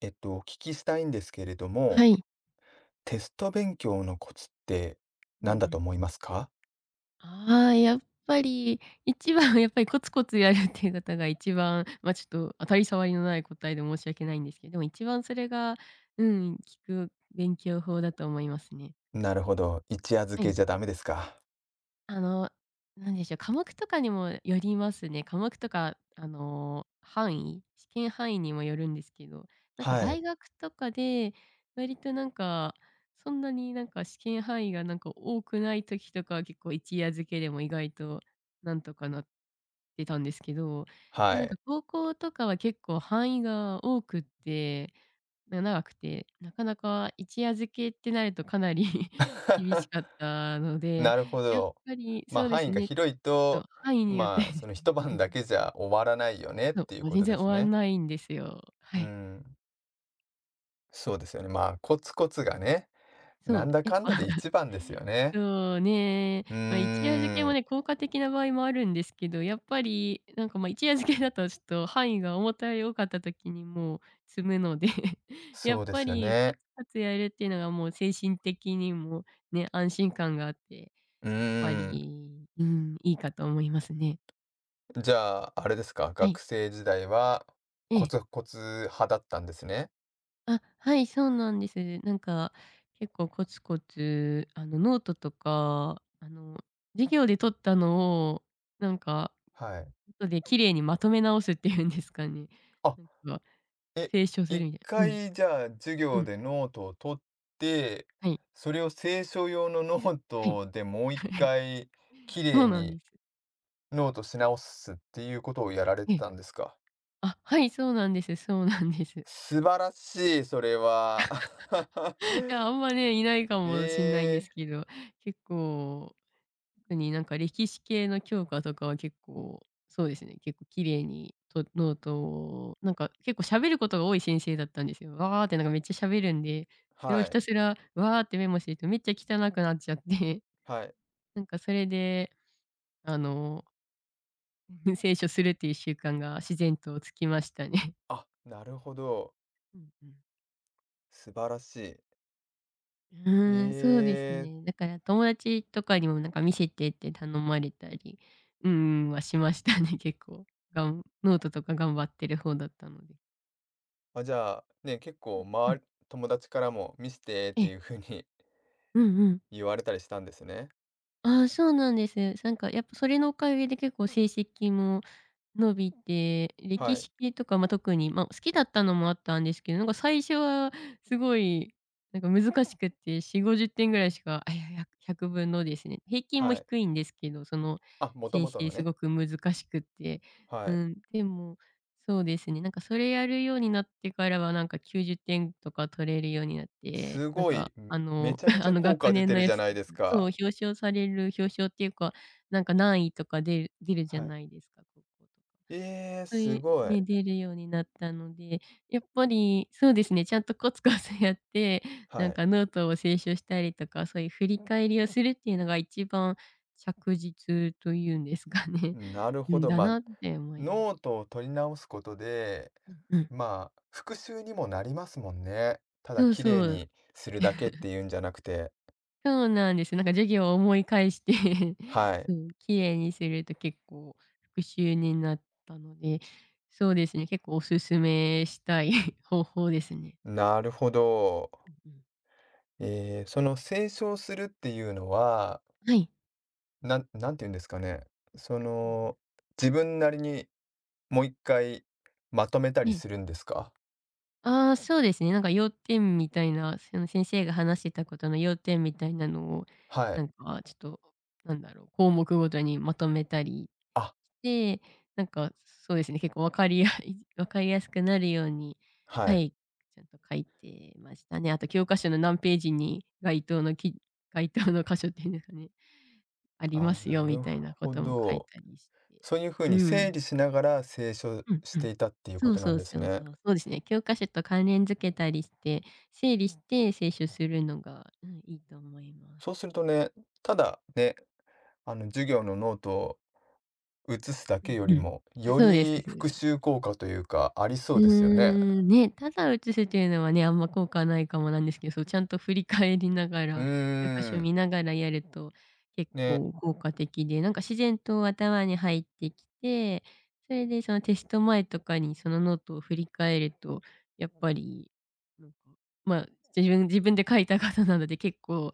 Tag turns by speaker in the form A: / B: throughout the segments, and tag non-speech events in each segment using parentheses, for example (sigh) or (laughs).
A: お聞きしたいんですけれど
B: は
A: も、
B: い。
A: テスト勉強のコツって
B: うんう
A: 何だと
B: ん。
A: 思いますか？
B: ああ、やっぱり一番はやっぱりコツコツやるっていう方が一番、ちょっと当たり障りのない答えで申し訳ないんですけど、一番それが、うん、効く勉強法だと思いますね。
A: なるほど、一夜漬
B: は
A: け
B: い。
A: じゃダメですか。
B: あの、なんでしょう、科目とかにもよりますね。科目とか、試験範囲にもよるんですけど、
A: はい、
B: 大学とかで、割となんか、そんなに試験範囲が多くない時とかは結構一夜漬けでも意外となんとかなってたんですけど、
A: は
B: で、
A: い。
B: 高校とかは結構範囲が多くって長くて、なかなか一夜漬けってなるとかなり (laughs) 厳し
A: (laughs)
B: かったので、
A: なるほ
B: やっ
A: ど。
B: ぱり
A: ま、あ、
B: そうで
A: 範囲
B: す
A: が
B: ね、
A: 広い
B: そう、
A: と、
B: 範囲によってで
A: まあ、
B: す
A: その一
B: ね。う
A: 晩だ
B: ん。
A: けじゃ終わらないよねっ
B: そう、
A: ていう
B: もう
A: こ
B: 全
A: とで
B: 然終
A: す
B: わん
A: ね。
B: ないんですよ。は
A: うー
B: い。
A: ん、そうですよね。まあ、コツコツ
B: う
A: が
B: ん。
A: ね、
B: そ
A: な
B: う、
A: んだ
B: やっ
A: か
B: ぱ
A: んだで一番ですよ
B: (laughs)
A: ね。
B: そうね、
A: う
B: まあ、一夜漬け
A: ー
B: も
A: ん、
B: ね、効果的な場合もあるんですけど、やっぱりまあ、一夜漬けだとちょっと範囲が重たい多かった時にもう積むので (laughs)、や
A: そ
B: っ
A: うで
B: ぱ
A: すよ
B: りコツ
A: ね。
B: コツやるっていうのがもう精神的にもね、安心感があって、
A: うー
B: やっぱ
A: ん。
B: り、うん、いいかと思いますね。
A: じゃあ、あれですか、
B: は
A: 学
B: い。
A: 生時代は
B: え
A: コ
B: え。
A: ツコツ派だったんですね。
B: あ、はい、そうなんです。結構コツコツ、ノートとか、授業で取ったのを、なんか、
A: はい。
B: 後で綺麗にまとめ直すっていうんですかね。
A: あ、
B: なんか、
A: え、
B: 清書する
A: 一
B: みたいな。うん、
A: 回じゃあ授
B: う
A: 業
B: ん、
A: でノートを取って、
B: はい、
A: それを清書用のノー
B: はい、
A: トでもう一
B: はい。
A: 回綺
B: そ
A: 麗
B: うなん
A: に
B: です。
A: ノートし直すっていうことをやられて
B: ええ。
A: たんですか？
B: あ、はい、そうなんです、そうなんです。
A: 素晴らしい、それは。
B: (laughs) いや、あん
A: (laughs)
B: まね、いないか
A: え
B: もしんないんです
A: え、
B: けど、結構特に歴史系の教科とかは結構、そうですね、結構綺麗にノートを結構喋ることが多い先生だったんですよ。わーってめっちゃ喋るんで、それを
A: は
B: ひ
A: い、
B: たすらわーってメモしてるとめっちゃ汚くなっちゃって、
A: はい。
B: (laughs) なんかそれで、あの、(laughs) 聖書するっていう習慣が自然とつきましたね。
A: あ、なるほど。
B: うんうん。
A: 素晴らしい。
B: う
A: え
B: ーん、そうですね。
A: え、
B: だから友達とかにも見せてって頼まれたり、うんはしましたね、(laughs) 結構。ノートとか頑張ってる方だったので。
A: あ、じゃあ、ね、結
B: う
A: 構
B: んう
A: ま
B: ん。
A: り、友達からも見せてっ
B: え
A: て
B: え。
A: いう風に
B: うんうん。
A: (laughs) 言われたりしたんですね。
B: ああ、そうなんです。やっぱそれのおかげで結構成績も伸びて、歴
A: はい、
B: 史系とか、ま、特に、ま、好きだったのもあったんですけど、最初はすごい、難しくて、40、50点ぐらいしか、あ、いや、100分のですね、平均も
A: はい。
B: 低いんですけど、その
A: あ、もと
B: 先
A: もとの
B: 生す
A: ね。
B: ごく難しくて、
A: は
B: う
A: い。
B: ん、でも、そうですね、それやるようになってからは、90点とか取れるようになっ
A: す
B: て、
A: ごい、めちゃめ
B: (laughs)
A: ち
B: あ
A: ゃ
B: の
A: 効果
B: 学
A: 出
B: 年
A: て
B: の
A: る
B: や
A: じゃ
B: つ
A: ないです
B: そう、
A: か。
B: 表彰される表彰っていうか何位とか出るじゃ
A: はい。
B: ないですか、高校とか。
A: ええ、
B: そう
A: す
B: いう、
A: ごい。
B: ね出るようになったので、やっぱりそうですね、ちゃんとコツコツやって、
A: はい。
B: ノートを清書したりとか、そういう振り返りをするっていうのが一番着実というんですかね。
A: なる
B: う
A: ほ
B: ん、
A: ど。
B: だ
A: まあ、
B: なって思います。
A: ノートを取り直すことで、
B: うんうん。
A: まあ、復習にもなりますもんね。ただ
B: そう
A: 綺麗
B: そう。
A: にするだけっていうんじゃなくて。
B: そうなんです。授業を思い返して (laughs)
A: はい。
B: そう、綺麗にすると結構復習になったので、そうですね、結構おすすめしたい (laughs) 方法ですね。
A: なるほど。
B: うんうん、
A: その清書するっていうのは、
B: はい。
A: なんて言うんですかね。そ
B: うんう
A: の、
B: ん
A: 自分なりにもう一回まとめたり
B: ね
A: するんですか。
B: ああ、そうですね。要点みたいな、その先生が話してたことの要点みたいなのを、
A: は
B: な
A: い。
B: んかちょっと、なんだろう、項目ごとにまとめたり
A: あ、
B: して、なんかそうですね、結構わかりや (laughs) わかりやすくなるように、
A: は
B: は
A: い。
B: い、ちゃんと書いてましたね。あと教科書の何ページに該当の箇所っていうんですかね、あり
A: あ、
B: ます
A: な
B: よみ
A: る
B: たいなこ
A: ほ
B: とも書い
A: ど。
B: たりして。
A: そういうふう
B: う
A: に整
B: ん。
A: 理しながら聖書
B: うん
A: し
B: う
A: て
B: ん。
A: いたっていうこ
B: そう
A: とな
B: そ
A: ん
B: う
A: です
B: そう
A: ね。
B: そう。そうですね。教科書と関連付けたりして、整理して、清書するのが、うん、いいと思います。
A: そうするとね、ただね、あの授業のノートを写すだ
B: う
A: けよ
B: ん
A: り
B: うん。
A: も、
B: あ、
A: よ
B: そうです
A: り
B: そうで
A: 復
B: す。
A: 習効果というかあり
B: う
A: そう
B: ー
A: ですよね。
B: ん、ね、ただ映すというのはね、あんま効果ないかもなんですけど、そう、ちゃんと振り返りなが
A: う
B: ら、教科
A: ー
B: 書
A: ん。
B: 見ながらやると結
A: ね、
B: 構効果的で、自然と頭に入ってきて、それでそのテスト前とかにそのノートを振り返ると、やっぱり、なんか、まあ、自分で書いた方なので結構、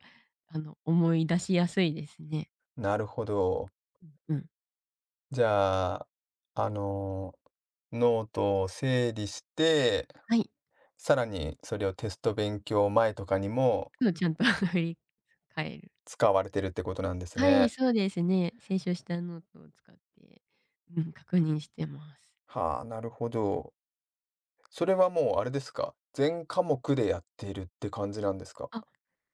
B: 思い出しやすいですね。
A: なるほど。
B: うん。
A: じゃあ、あの、ノートを整理して、
B: はい。
A: さらにそれをテスト勉強前とかにも
B: そう、ちゃんと (laughs) 振り返る。
A: 使われてるってことなんです
B: はい、
A: ね。
B: そうですね。清書したノートを使って、うん、確認してます。
A: はあ、なるほど。それはもうあれですか、全科目でやっているって感じなんですか？
B: あ、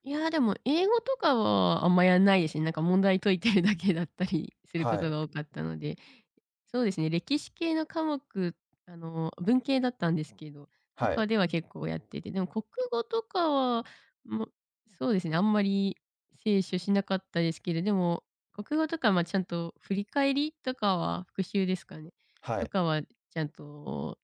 B: いや、でも英語とかはあんまやんないですね。問題解いてるだけだったりするこ
A: は
B: と
A: い、
B: が多かったので、そうですね、歴史系の科目、文系だったんですけど、と
A: はい、
B: かでは結構やってて、でも国語とかは、もそうですね、あんまり摂取しなかったですけど、でも、国語とか、ま、ちゃんと振り返りとかは復習ですかね、
A: は
B: と
A: い。
B: かはちゃんと、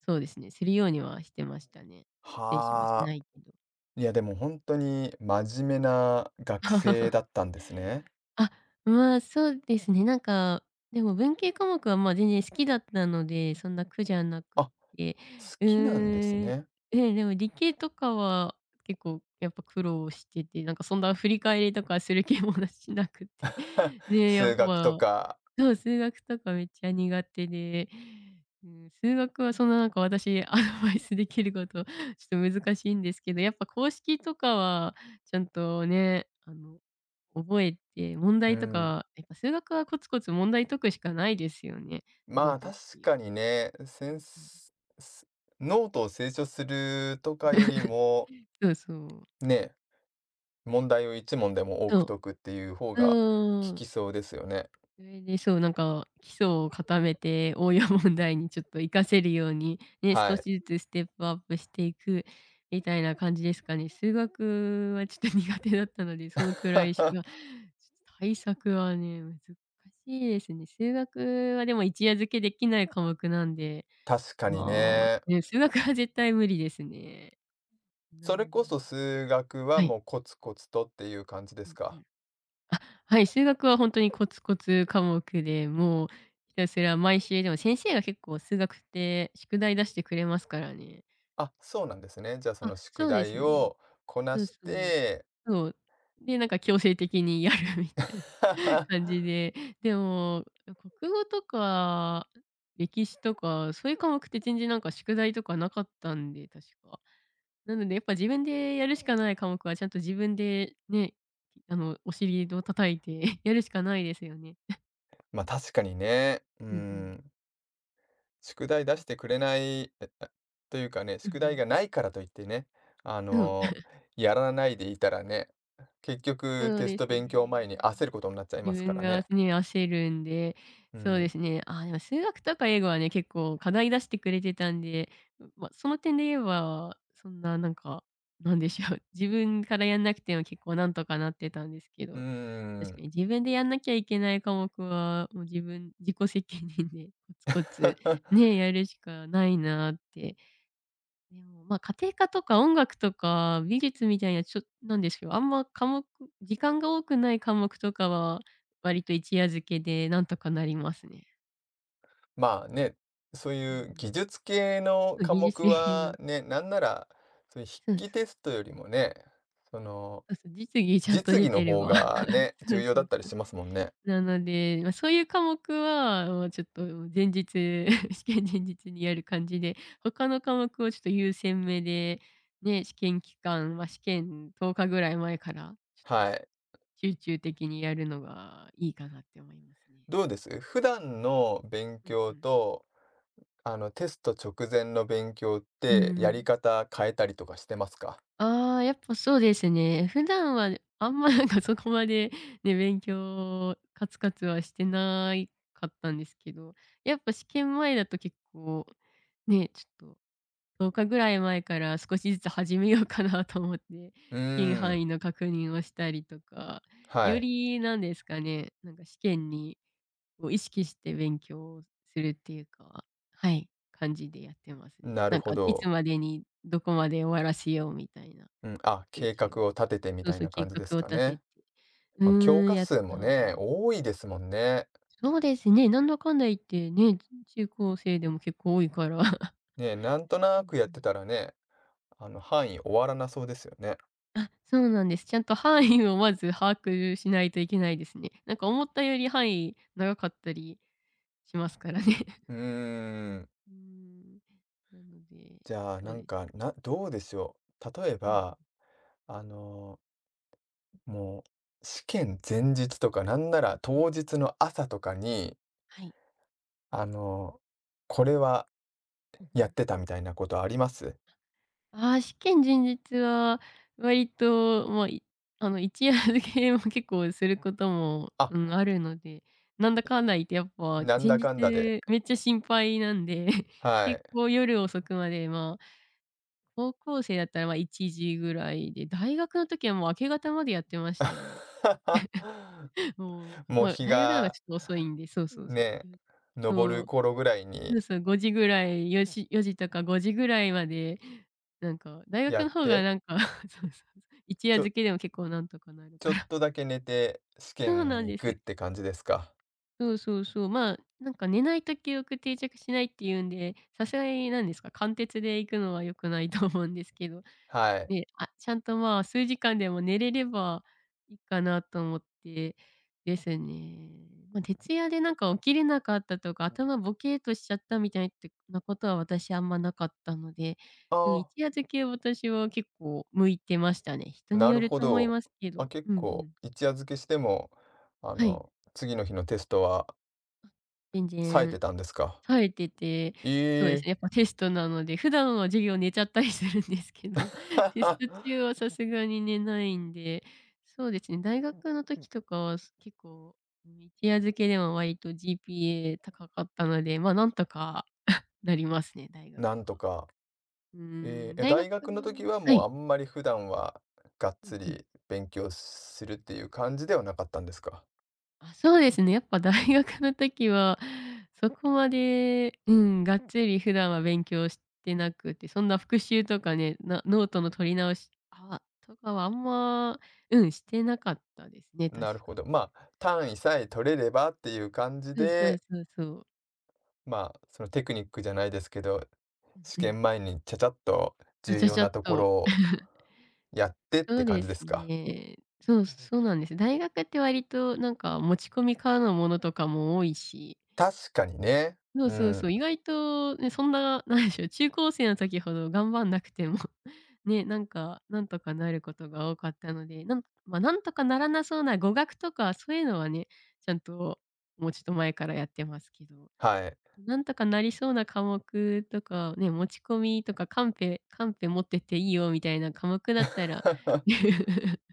B: そうですね、するようにはしてましたね。聖書はし
A: は
B: な
A: あ。
B: いけど。
A: いや、でも本当に真面目な学生
B: (laughs)
A: だったんですね。
B: あ、まあ、そうですね。でも文系科目は、まあ、全然好きだったので、そんな苦じゃなく
A: あ、
B: っ
A: 好
B: て、う
A: きなんです
B: ーん、
A: ね。
B: え、でも理系とかは結構やっぱ苦労してて、そんな振り返りとかする気もしなくて、(laughs)
A: (laughs)
B: ねえ、やっ
A: 数学と
B: ぱ
A: か、
B: そう、数学とかめっちゃ苦手で、うん、数学はそんな私アドバイスできること、ちょっと難しいんですけど、やっぱ公式とかはちゃんとね、覚えて、問
A: う
B: 題と
A: ん。
B: か、やっぱ数学はコツコツ問題解くしかないですよね。
A: ま
B: ノ
A: あ、
B: ートっ
A: 確
B: ていう
A: か
B: よ
A: に
B: り。
A: ね、せ
B: うん
A: ん
B: うん。
A: すノートを清書するとかよりも、
B: そうそう。
A: ね、問題を一問でも多
B: そ
A: く
B: う。
A: 解くっていう方が効
B: そう。
A: きそうですよね。
B: それで、そう、基礎を固めて、応用問題にちょっと活かせるように、ね、
A: は
B: 少し
A: い。
B: ずつステップアップしていくみたいな感じですかね。数学はちょっと苦手だったので、そのくらいしか、ちょ
A: (laughs)
B: っと対策はね、難しいですね。数学はでも一夜漬けできない科目なんで、
A: 確かに
B: ま
A: ね。
B: あ、ね、数学は絶対無理ですね。な
A: それ
B: ので
A: こそ数学は
B: はい。
A: もうコツコツとっていう感じで
B: う
A: す
B: んう
A: か？
B: ん。はい、数学は本当にコツコツ科目で、もうひたすら毎週でも先生が結構数学って宿題出してくれますからね。
A: あ、そうなんですね。じゃあそ
B: あ、
A: の宿
B: そうです
A: 題
B: ね。
A: をこな
B: そう
A: し
B: そう。
A: て、
B: そう。で、強制的にやる (laughs) みたいな感
A: (laughs)
B: じで、でも、国語とか歴史とか、そういう科目って全然宿題とかなかったんで、確か。なのでやっぱ自分でやるしかない科目はちゃんと自分でね、お尻を叩いて (laughs) やるしかないですよね。
A: ま、あ確かにね。うー
B: うんうん。
A: ん。宿題出してくれない、え、あ、というかね、
B: うんう
A: 宿題
B: ん。
A: がないからといってね、あ
B: そう、
A: の、
B: (laughs)
A: やらないでいたらね、結局
B: そう
A: テス
B: で
A: ト
B: すね。
A: 勉強前に焦ることになっちゃいま
B: 自
A: すか
B: 分
A: ら
B: が
A: ね。
B: ね、焦るんで、
A: う
B: そうで
A: ん。
B: すね。あでも数学とか英語はね、結構課題出してくれてたんで、ま、その点で言えば、そんななんか、なんでしょう、(laughs) 自分からやんなくても結構なんとかなってたんですけ
A: う
B: ど、
A: ー
B: 確か
A: ん。
B: に自分でやんなきゃいけない科目は、もう自分自己責任でコツコツ
A: (laughs)
B: ね、やるしかないなって。でも、まあ、家庭科とか音楽とか美術みたいな、ちょなんでしょう、あんま科目時間が多くない科目とかは、割と一夜漬けでなんとかなりますね。
A: まあね、そう
B: う
A: いう
B: ん、
A: 技術系の
B: そう、
A: 科
B: 技術
A: 目
B: 系
A: は
B: の。
A: ね、なんなら、そういう
B: そう
A: 筆記
B: そ
A: テ
B: う。
A: ストよりもね、その、
B: そうそう、実技ちゃんと
A: 実
B: 出
A: 技の
B: てれ
A: 方
B: ば。
A: が
B: (laughs)
A: ね、
B: そ
A: 重
B: う
A: 要
B: そ
A: だ
B: う
A: ったり
B: そう。
A: しますもんね。
B: なので、ま、そういう科目は、もうちょっと前日、(laughs) 試験前日にやる感じで、他の科目をちょっと優先めで、ね、試験期間、ま、試験10日ぐらい前から、ちょっと
A: はい。
B: 集中的にやるのがいいかなって思いますね。
A: どうです普段の勉
B: うんう
A: 強
B: ん。
A: と、テスト直前の勉強っ
B: うん
A: て、
B: う
A: や
B: ん。
A: り方変えたりとかしてますか。
B: ああ、やっぱそうですね。普段はあんまなんかそこまでね、勉強カツカツはしてないかったんですけど、やっぱ試験前だと結構ね、ちょっと10日ぐらい前から少しずつ始めようかなと思って、
A: う
B: 試験
A: ーん。
B: 範囲の確認をしたりとか、
A: は
B: よ
A: い。
B: りなんですかね、なんか試験にを意識して勉強するっていうか、はい、感じでやってますね。
A: なる
B: なん
A: ほ
B: かいつ
A: ど。
B: までにどこまで終わらせようみたいな
A: うん。あ、
B: 復
A: 計
B: 習を。
A: 画を立ててみ
B: そう
A: たい
B: そう、
A: な
B: 計
A: 感じです
B: 画を
A: か
B: 立て
A: ね。
B: て。う
A: まあ、教
B: ーん、
A: 科
B: やっ
A: 数も
B: た方がいい
A: ね、
B: です。
A: 多いですもんね。
B: そうですね、なんだかんだ言ってね、中高生でも結構多いから。(laughs)
A: ねえ、なんと
B: う
A: な
B: ん
A: くやっ
B: う
A: て
B: ん。
A: たらね、範囲終わらなそうですよね。
B: あ、そうなんです。ちゃんと範囲をまず把握しないといけないですね。なんか思ったより範囲長かったりしますからね。
A: うー
B: (laughs)
A: ん。
B: うーん、なので、
A: じゃあ、
B: そ
A: な
B: う
A: ん
B: で
A: か、
B: す。
A: どうでしょう。例え
B: うんう
A: ば、
B: ん、
A: あの、もう、試験前日とか、なんなら当日の朝とかに、
B: はい。
A: あの、これは
B: うんう
A: やっ
B: ん。
A: てたみたいなことあります
B: ああ、試験前日は割と、まあ、い、あの、一夜漬けも結構することも、
A: あ、
B: うん、あるので、なんだかんだ言ってやっぱ
A: なん
B: 前
A: だ
B: 日
A: かんだで。
B: めっちゃ心配なんで、(laughs)
A: はい。
B: 結構夜遅くまで、まあ、高校生だったら、ま、1時ぐらいで、大学の時はもう明け方までやってましたね。
A: (laughs)
B: もう、
A: もう
B: まあ、
A: 日
B: 大学のが
A: が、
B: ちょっと遅いんで、そうそうそう。
A: ね、昇
B: そ
A: る
B: う。
A: 頃ぐらい
B: そう
A: に
B: そう、5時ぐらい、4時4時とか5時ぐらいまで、なんか、大学
A: やっ
B: の方が
A: て、
B: なんか、(laughs) そうそうそう、一夜
A: ちょ
B: 漬けでも結構なんとかなる
A: ち
B: か
A: ょっ
B: ら。
A: と
B: (laughs)
A: だけ寝て、試
B: そう
A: 験
B: な
A: に
B: ん
A: 行
B: で
A: くっ
B: す。
A: て感じですか。
B: そうそうそう。まあ、なんか寝ないと記憶定着しないっていうんで、さすがになんですか、貫徹で行くのは良くないと思うんですけど、
A: はい。
B: で、あ、ちゃんと、まあ、数時間でも寝れればいいかなと思ってですね。まあ、徹夜でなんか起きれなかったとか、頭ボケっとしちゃったみたいってなことは私あんまなかったので、
A: あ
B: うん、一
A: あ、
B: 夜漬け私は結構向いてましたね。人に
A: な
B: よ
A: る
B: る
A: ほ
B: と思い
A: ど。
B: ますけ
A: あ、
B: ど。
A: 結
B: うんう
A: 構、
B: ん。
A: 一夜漬けしても、
B: はい。
A: 次の日のテストは
B: 全
A: 冴え
B: 然
A: てたんですか。
B: 冴えてて、そうで
A: え
B: す
A: え
B: ね、やっぱテストなので、普段は授業寝ちゃったりするんですけど、(laughs) テスト中は
A: (laughs)。
B: さすがに寝ないんで、そうですね、大学の時とかはす結構、一夜漬けでも割と GPA 高かったので、ま、なんとかなりますね、大学
A: なんと
B: は。
A: か。
B: うー
A: え
B: ん、
A: え、
B: 大学、
A: 大学の時は
B: は
A: もう
B: い。
A: あんまり普段はがっ
B: う
A: つ
B: んうん。
A: り勉強するっていう感じではなかったんですか？
B: あ、そうですね。やっぱ大学の時は、そこまで、うん、がっつり普段は勉強してなくて、そんな復習とかね、なノートの取り直しあとかはあんま、うん、してなかったですね、確
A: なるほ
B: か。
A: ど。まあ、単位さえ取れればっていう感じ
B: そうそう
A: で
B: そうそう。
A: まあ、そのテクニックじゃないですけど、試
B: うんうん。
A: 験前にちゃちゃっと重
B: ちゃ
A: 要
B: ちゃ
A: な
B: っ
A: とこ
B: と。
A: ろを
B: (laughs)
A: やってっ
B: そ
A: て
B: う
A: 感
B: で
A: じで
B: す
A: すか？
B: ね。そう、そうなんです。大学って割となんか持ち込みからのものとかも多いし、
A: 確かにね。
B: そう
A: う
B: そう
A: ん、
B: そう、意外とね、そんな、なんでしょう、中高生の時ほど頑張んなくても (laughs)、ね、なんか、なんとかなることが多かったので、なん、まあ、なんとかならなそうな語学とか、そういうのはね、ちゃんともうちょっと前からやってますけど、
A: はい。
B: なんとかなりそうな科目とか、ね、持ち込みとか、カンペカンペ持ってっていいよみたいな科目だったら、
A: (laughs)
B: (laughs)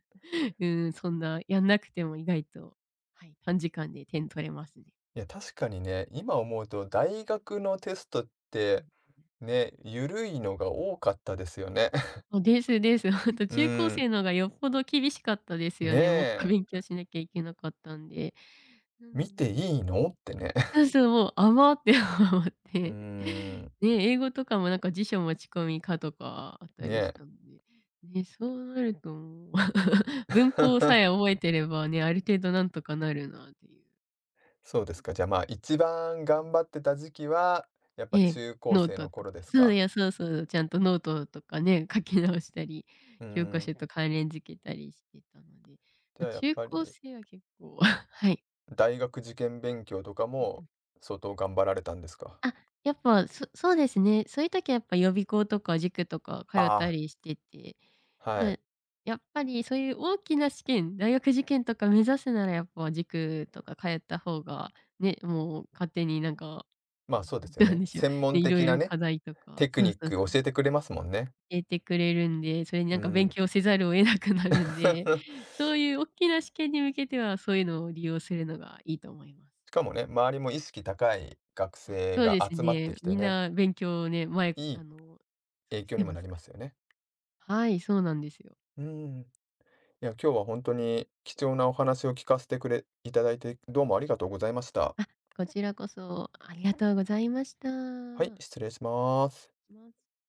B: うん、そんなやんなくても意外と、はい、短時間で点取れますね。
A: いや、確かにね、今思うと大学のテストっ
B: う
A: て、
B: ん。
A: ね、ゆるいのが多かったですよね。(laughs)
B: あ、ですです。(laughs) ほんと
A: う
B: 中高
A: ん、
B: 生のがよっぽど厳しかったです
A: ね
B: よね。もっと
A: え、
B: 勉強しなきゃいけなかったんで。な
A: 見
B: の
A: て
B: で
A: いいのってね。
B: そうそう、もう甘って思っ
A: (laughs) うー
B: て。(laughs)
A: ん、
B: ね、英語とかもなんか辞書持ち込み可とかあった
A: ね
B: りし
A: え。
B: たんで。ね、そうなるともう、(laughs) 文法さ
A: (laughs)
B: え覚えてればね、ある程度なんとかなるなっていう感
A: そうで
B: じ
A: す
B: だ
A: か。
B: っ
A: じゃあ、
B: た。
A: まあ、一番
B: うん、
A: 頑張ってた時期は、やっぱ
B: ええ、
A: 中高
B: ノー
A: 生
B: ト
A: の
B: と
A: 頃
B: か
A: です
B: そう
A: か。
B: や、そうそう、ちゃんとノートとかね、書き直したり、
A: うー
B: 教科書
A: ん。
B: と関連付けたりしてたので、
A: じ
B: ま、
A: ゃあ、やっ
B: 中
A: ぱ
B: 高
A: り、
B: 生は結構 (laughs) はい。
A: 大学受験勉強とか
B: う
A: も、
B: ん。
A: 相当頑張られたんですか。
B: あ、やっぱ、そ、そうですね、そういう時はやっぱ予備校とか塾とか通っ
A: あ
B: た
A: あ、
B: りしてて、
A: は
B: ま、
A: い。
B: やっぱりそういう大きな試験、大学受験とか目指すならやっぱ塾とか通った方が、ね、もう勝手になんか、
A: まあ、
B: (laughs)
A: そうですよ
B: なんなん
A: ね。
B: でしょう、
A: 専門
B: で、色
A: 的な
B: 々
A: ね、
B: 課題とか
A: テク
B: そう
A: ニッ
B: そう
A: ク教
B: そう。
A: えてくれますもんね。
B: えてくれるんで、それにな
A: う
B: んか勉
A: ん。
B: 強せざるを得なくなるんで、
A: (laughs)
B: そういうおっきな試験に向けては、そういうのを利用するのがいいと思います。
A: しかもね、周りも意識高い学
B: あ。
A: 生
B: そう
A: が
B: です
A: 集まって
B: ね、
A: きて
B: みん
A: ね、
B: な勉強をね、前
A: いい
B: あの、そ
A: 影
B: う、し
A: 響に
B: て
A: も
B: ま
A: な
B: す
A: り
B: か
A: ますよね。
B: ら。はい、そうなんですよ。
A: うん。いや、今日は本当に貴重なお話を聞かせてくれいただいて、どうもありがとうございました。
B: あ、こちらこそありがとうございまし
A: はい、
B: た。
A: 失礼します。
B: します。